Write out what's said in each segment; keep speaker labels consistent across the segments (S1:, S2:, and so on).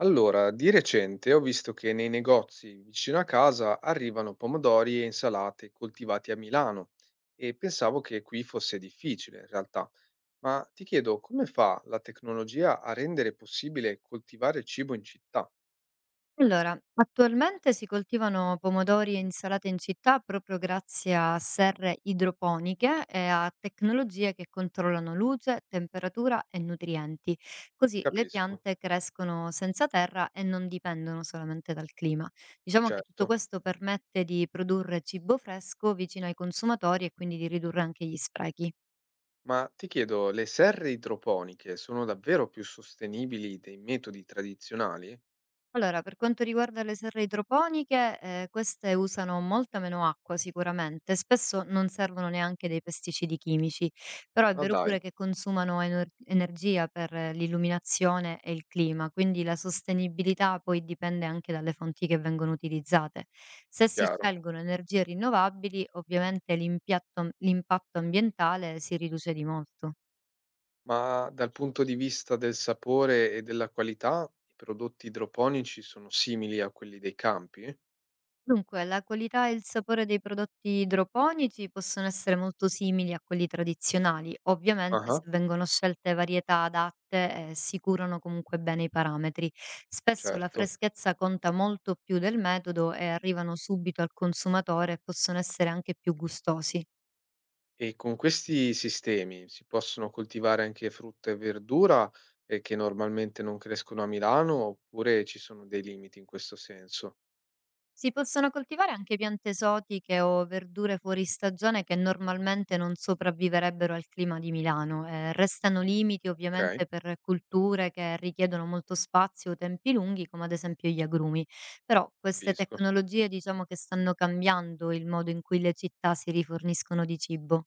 S1: Allora, di recente ho visto che nei negozi vicino a casa arrivano pomodori e insalate coltivati a Milano e pensavo che qui fosse difficile in realtà. Ma ti chiedo, come fa la tecnologia a rendere possibile coltivare cibo in città?
S2: Allora, attualmente si coltivano pomodori e insalate in città proprio grazie a serre idroponiche e a tecnologie che controllano luce, temperatura e nutrienti. Così le
S1: Capisco,
S2: piante crescono senza terra e non dipendono solamente dal clima. Diciamo che tutto
S1: certo.
S2: questo permette di produrre cibo fresco vicino ai consumatori e quindi di ridurre anche gli sprechi.
S1: Ma ti chiedo, le serre idroponiche sono davvero più sostenibili dei metodi tradizionali?
S2: Allora, per quanto riguarda le serre idroponiche, queste usano molta meno acqua sicuramente, spesso non servono neanche dei pesticidi chimici, però è
S1: Ma
S2: vero
S1: dai,
S2: pure che consumano energia per l'illuminazione e il clima, quindi la sostenibilità poi dipende anche dalle fonti che vengono utilizzate. Se si
S1: chiaro.
S2: scelgono energie rinnovabili, ovviamente l'impatto ambientale si riduce di molto.
S1: Ma dal punto di vista del sapore e della qualità, i prodotti idroponici sono simili a quelli dei campi?
S2: Dunque, la qualità e il sapore dei prodotti idroponici possono essere molto simili a quelli tradizionali, ovviamente se
S1: Ah,
S2: vengono scelte varietà adatte e si curano comunque bene i parametri. Spesso la
S1: certo.
S2: freschezza conta molto più del metodo e arrivano subito al consumatore e possono essere anche più gustosi.
S1: E con questi sistemi si possono coltivare anche frutta e verdura che normalmente non crescono a Milano, oppure ci sono dei limiti in questo senso?
S2: Si possono coltivare anche piante esotiche o verdure fuori stagione che normalmente non sopravviverebbero al clima di Milano. Restano limiti
S1: Ok,
S2: ovviamente per culture che richiedono molto spazio o tempi lunghi, come ad esempio gli agrumi. Però queste
S1: capisco.
S2: tecnologie diciamo che stanno cambiando il modo in cui le città si riforniscono di cibo.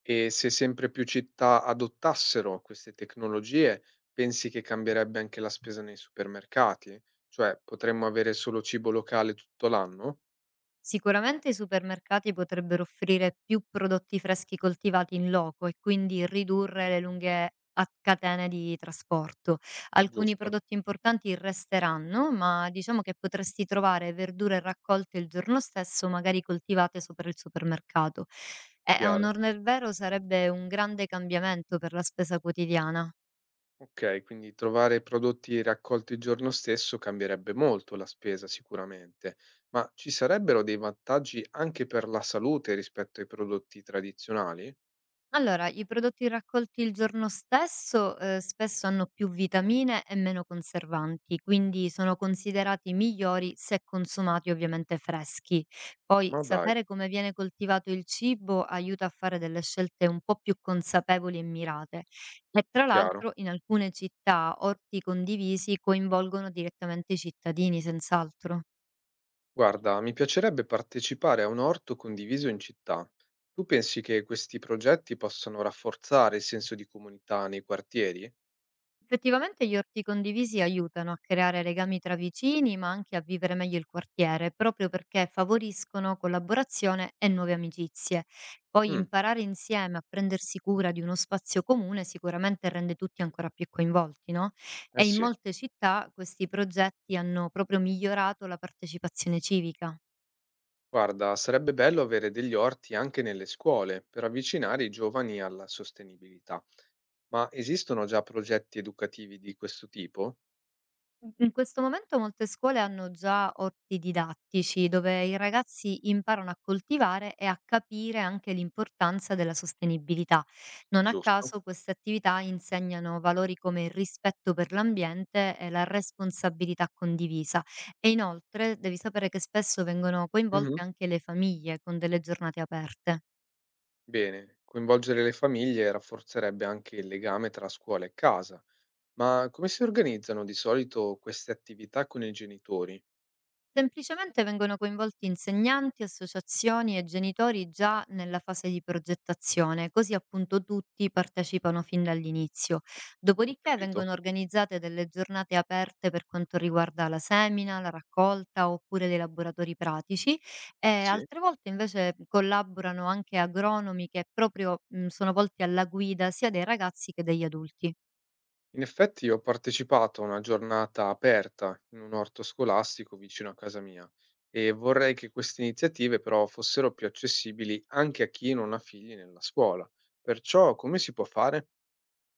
S1: E se sempre più città adottassero queste tecnologie, pensi che cambierebbe anche la spesa nei supermercati? Cioè, potremmo avere solo cibo locale tutto l'anno?
S2: Sicuramente i supermercati potrebbero offrire più prodotti freschi coltivati in loco e quindi ridurre le lunghe catene di trasporto. Alcuni
S1: Giusto,
S2: prodotti importanti resteranno, ma diciamo che potresti trovare verdure raccolte il giorno stesso, magari coltivate sopra il supermercato. E a
S1: chiaro.
S2: onor del vero sarebbe un grande cambiamento per la spesa quotidiana.
S1: Okay, quindi trovare prodotti raccolti il giorno stesso cambierebbe molto la spesa sicuramente, ma ci sarebbero dei vantaggi anche per la salute rispetto ai prodotti tradizionali?
S2: Allora, i prodotti raccolti il giorno stesso, spesso hanno più vitamine e meno conservanti, quindi sono considerati migliori se consumati ovviamente freschi. Poi
S1: Ma dai,
S2: sapere come viene coltivato il cibo aiuta a fare delle scelte un po' più consapevoli e mirate. E tra
S1: chiaro.
S2: l'altro in alcune città orti condivisi coinvolgono direttamente i cittadini, senz'altro.
S1: Guarda, mi piacerebbe partecipare a un orto condiviso in città. Tu pensi che questi progetti possano rafforzare il senso di comunità nei quartieri?
S2: Effettivamente gli orti condivisi aiutano a creare legami tra vicini, ma anche a vivere meglio il quartiere, proprio perché favoriscono collaborazione e nuove amicizie. Poi
S1: Mm,
S2: imparare insieme a prendersi cura di uno spazio comune sicuramente rende tutti ancora più coinvolti, no?
S1: eh
S2: E in
S1: sì.
S2: molte città questi progetti hanno proprio migliorato la partecipazione civica.
S1: Guarda, sarebbe bello avere degli orti anche nelle scuole per avvicinare i giovani alla sostenibilità. Ma esistono già progetti educativi di questo tipo?
S2: Mhmm, In questo momento molte scuole hanno già orti didattici dove i ragazzi imparano a coltivare e a capire anche l'importanza della sostenibilità. Non a
S1: Giusto?
S2: caso queste attività insegnano valori come il rispetto per l'ambiente e la responsabilità condivisa. E inoltre devi sapere che spesso vengono
S1: Mh-mh.
S2: coinvolte anche le famiglie con delle giornate aperte.
S1: Bene, coinvolgere le famiglie rafforzerebbe anche il legame tra scuola e casa. Ma come si organizzano di solito queste attività con i genitori?
S2: Semplicemente vengono coinvolti insegnanti, associazioni e genitori già nella fase di progettazione, così appunto tutti partecipano fin dall'inizio.
S1: Ho
S2: Dopodiché
S1: capito.
S2: vengono organizzate delle giornate aperte per quanto riguarda la semina, la raccolta oppure dei laboratori pratici, e
S1: Sì.
S2: altre volte invece collaborano anche agronomi che proprio sono volti alla guida sia dei ragazzi che degli adulti.
S1: In effetti ho partecipato a una giornata aperta in un orto scolastico vicino a casa mia e vorrei che queste iniziative però fossero più accessibili anche a chi non ha figli nella scuola. Perciò come si può fare?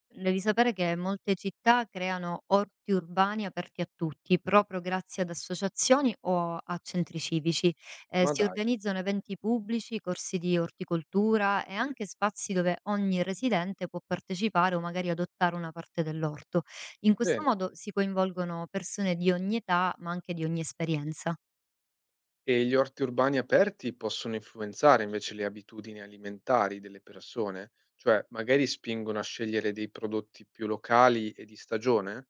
S2: Devi sapere che molte città creano orti urbani aperti a tutti, proprio grazie ad associazioni o a centri civici.
S1: Ma
S2: Si
S1: dai,
S2: organizzano eventi pubblici, corsi di orticoltura e anche spazi dove ogni residente può partecipare o magari adottare una parte dell'orto. In questo
S1: bene.
S2: modo si coinvolgono persone di ogni età, ma anche di ogni esperienza.
S1: E gli orti urbani aperti possono influenzare invece le abitudini alimentari delle persone, cioè magari spingono a scegliere dei prodotti più locali e di stagione,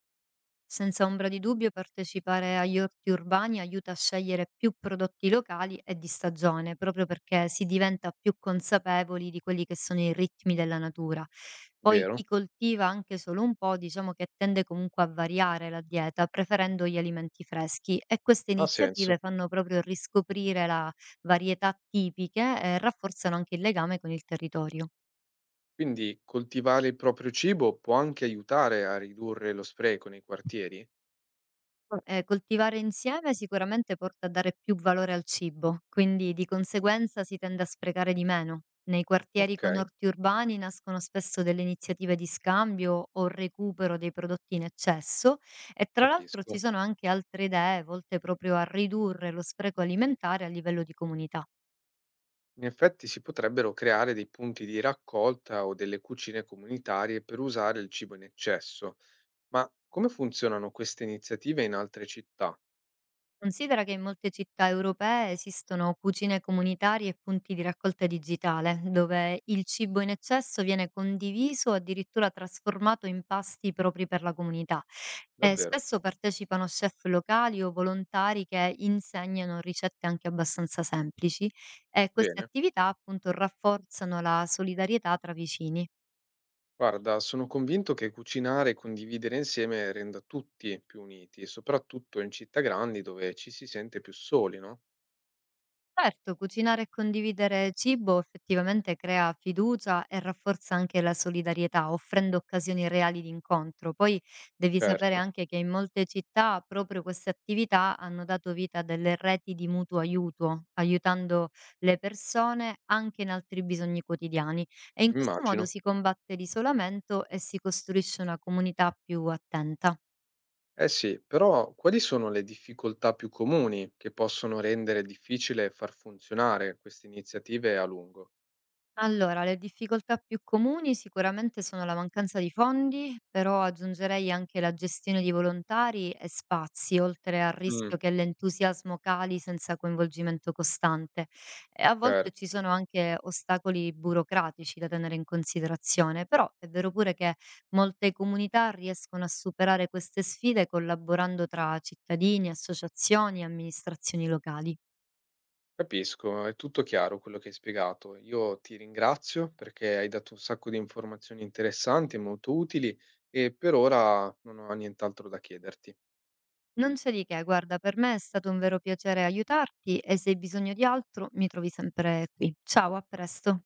S2: Senza ombra di dubbio partecipare agli orti urbani aiuta a scegliere più prodotti locali e di stagione, proprio perché si diventa più consapevoli di quelli che sono i ritmi della natura. Poi
S1: vero?
S2: chi coltiva anche solo un po', diciamo che tende comunque a variare la dieta, preferendo gli alimenti freschi, e queste
S1: Ha senso.
S2: iniziative fanno proprio riscoprire la varietà tipiche e rafforzano anche il legame con il territorio.
S1: Quindi coltivare il proprio cibo può anche aiutare a ridurre lo spreco nei quartieri?
S2: Co Coltivare insieme sicuramente porta a dare più valore al cibo, quindi di conseguenza si tende a sprecare di meno. Nei quartieri
S1: Ok,
S2: con orti urbani nascono spesso delle iniziative di scambio o recupero dei prodotti in eccesso, e tra l'altro ci
S1: capisco.
S2: sono anche altre idee volte proprio a ridurre lo spreco alimentare a livello di comunità.
S1: In effetti si potrebbero creare dei punti di raccolta o delle cucine comunitarie per usare il cibo in eccesso. Ma come funzionano queste iniziative in altre città?
S2: Considera che in molte città europee esistono cucine comunitarie e punti di raccolta digitale, dove il cibo in eccesso viene condiviso o addirittura trasformato in pasti propri per la comunità. E
S1: Davvero?
S2: spesso partecipano chef locali o volontari che insegnano ricette anche abbastanza semplici, e queste
S1: Bene.
S2: attività appunto rafforzano la solidarietà tra vicini.
S1: Guarda, sono convinto che cucinare e condividere insieme renda tutti più uniti, soprattutto in città grandi dove ci si sente più soli, no?
S2: Certo, cucinare e condividere cibo effettivamente crea fiducia e rafforza anche la solidarietà, offrendo occasioni reali di incontro. Poi devi sapere
S1: Certo,
S2: anche che in molte città proprio queste attività hanno dato vita a delle reti di mutuo aiuto, aiutando le persone anche in altri bisogni quotidiani. E in questo modo
S1: immagino.
S2: si combatte l'isolamento e si costruisce una comunità più attenta.
S1: Eh sì, però quali sono le difficoltà più comuni che possono rendere difficile far funzionare queste iniziative a lungo?
S2: Allora, le difficoltà più comuni sicuramente sono la mancanza di fondi, però aggiungerei anche la gestione di volontari e spazi, oltre al
S1: Mm,
S2: rischio che l'entusiasmo cali senza coinvolgimento costante. E a volte ci
S1: certo,
S2: sono anche ostacoli burocratici da tenere in considerazione, però è vero pure che molte comunità riescono a superare queste sfide collaborando tra cittadini, associazioni e amministrazioni locali.
S1: capisco, è tutto chiaro quello che hai spiegato. Io ti ringrazio perché hai dato un sacco di informazioni interessanti e molto utili e per ora non ho nient'altro da chiederti.
S2: Non c'è di che, guarda, per me è stato un vero piacere aiutarti e se hai bisogno di altro mi trovi sempre qui. Ciao, a presto.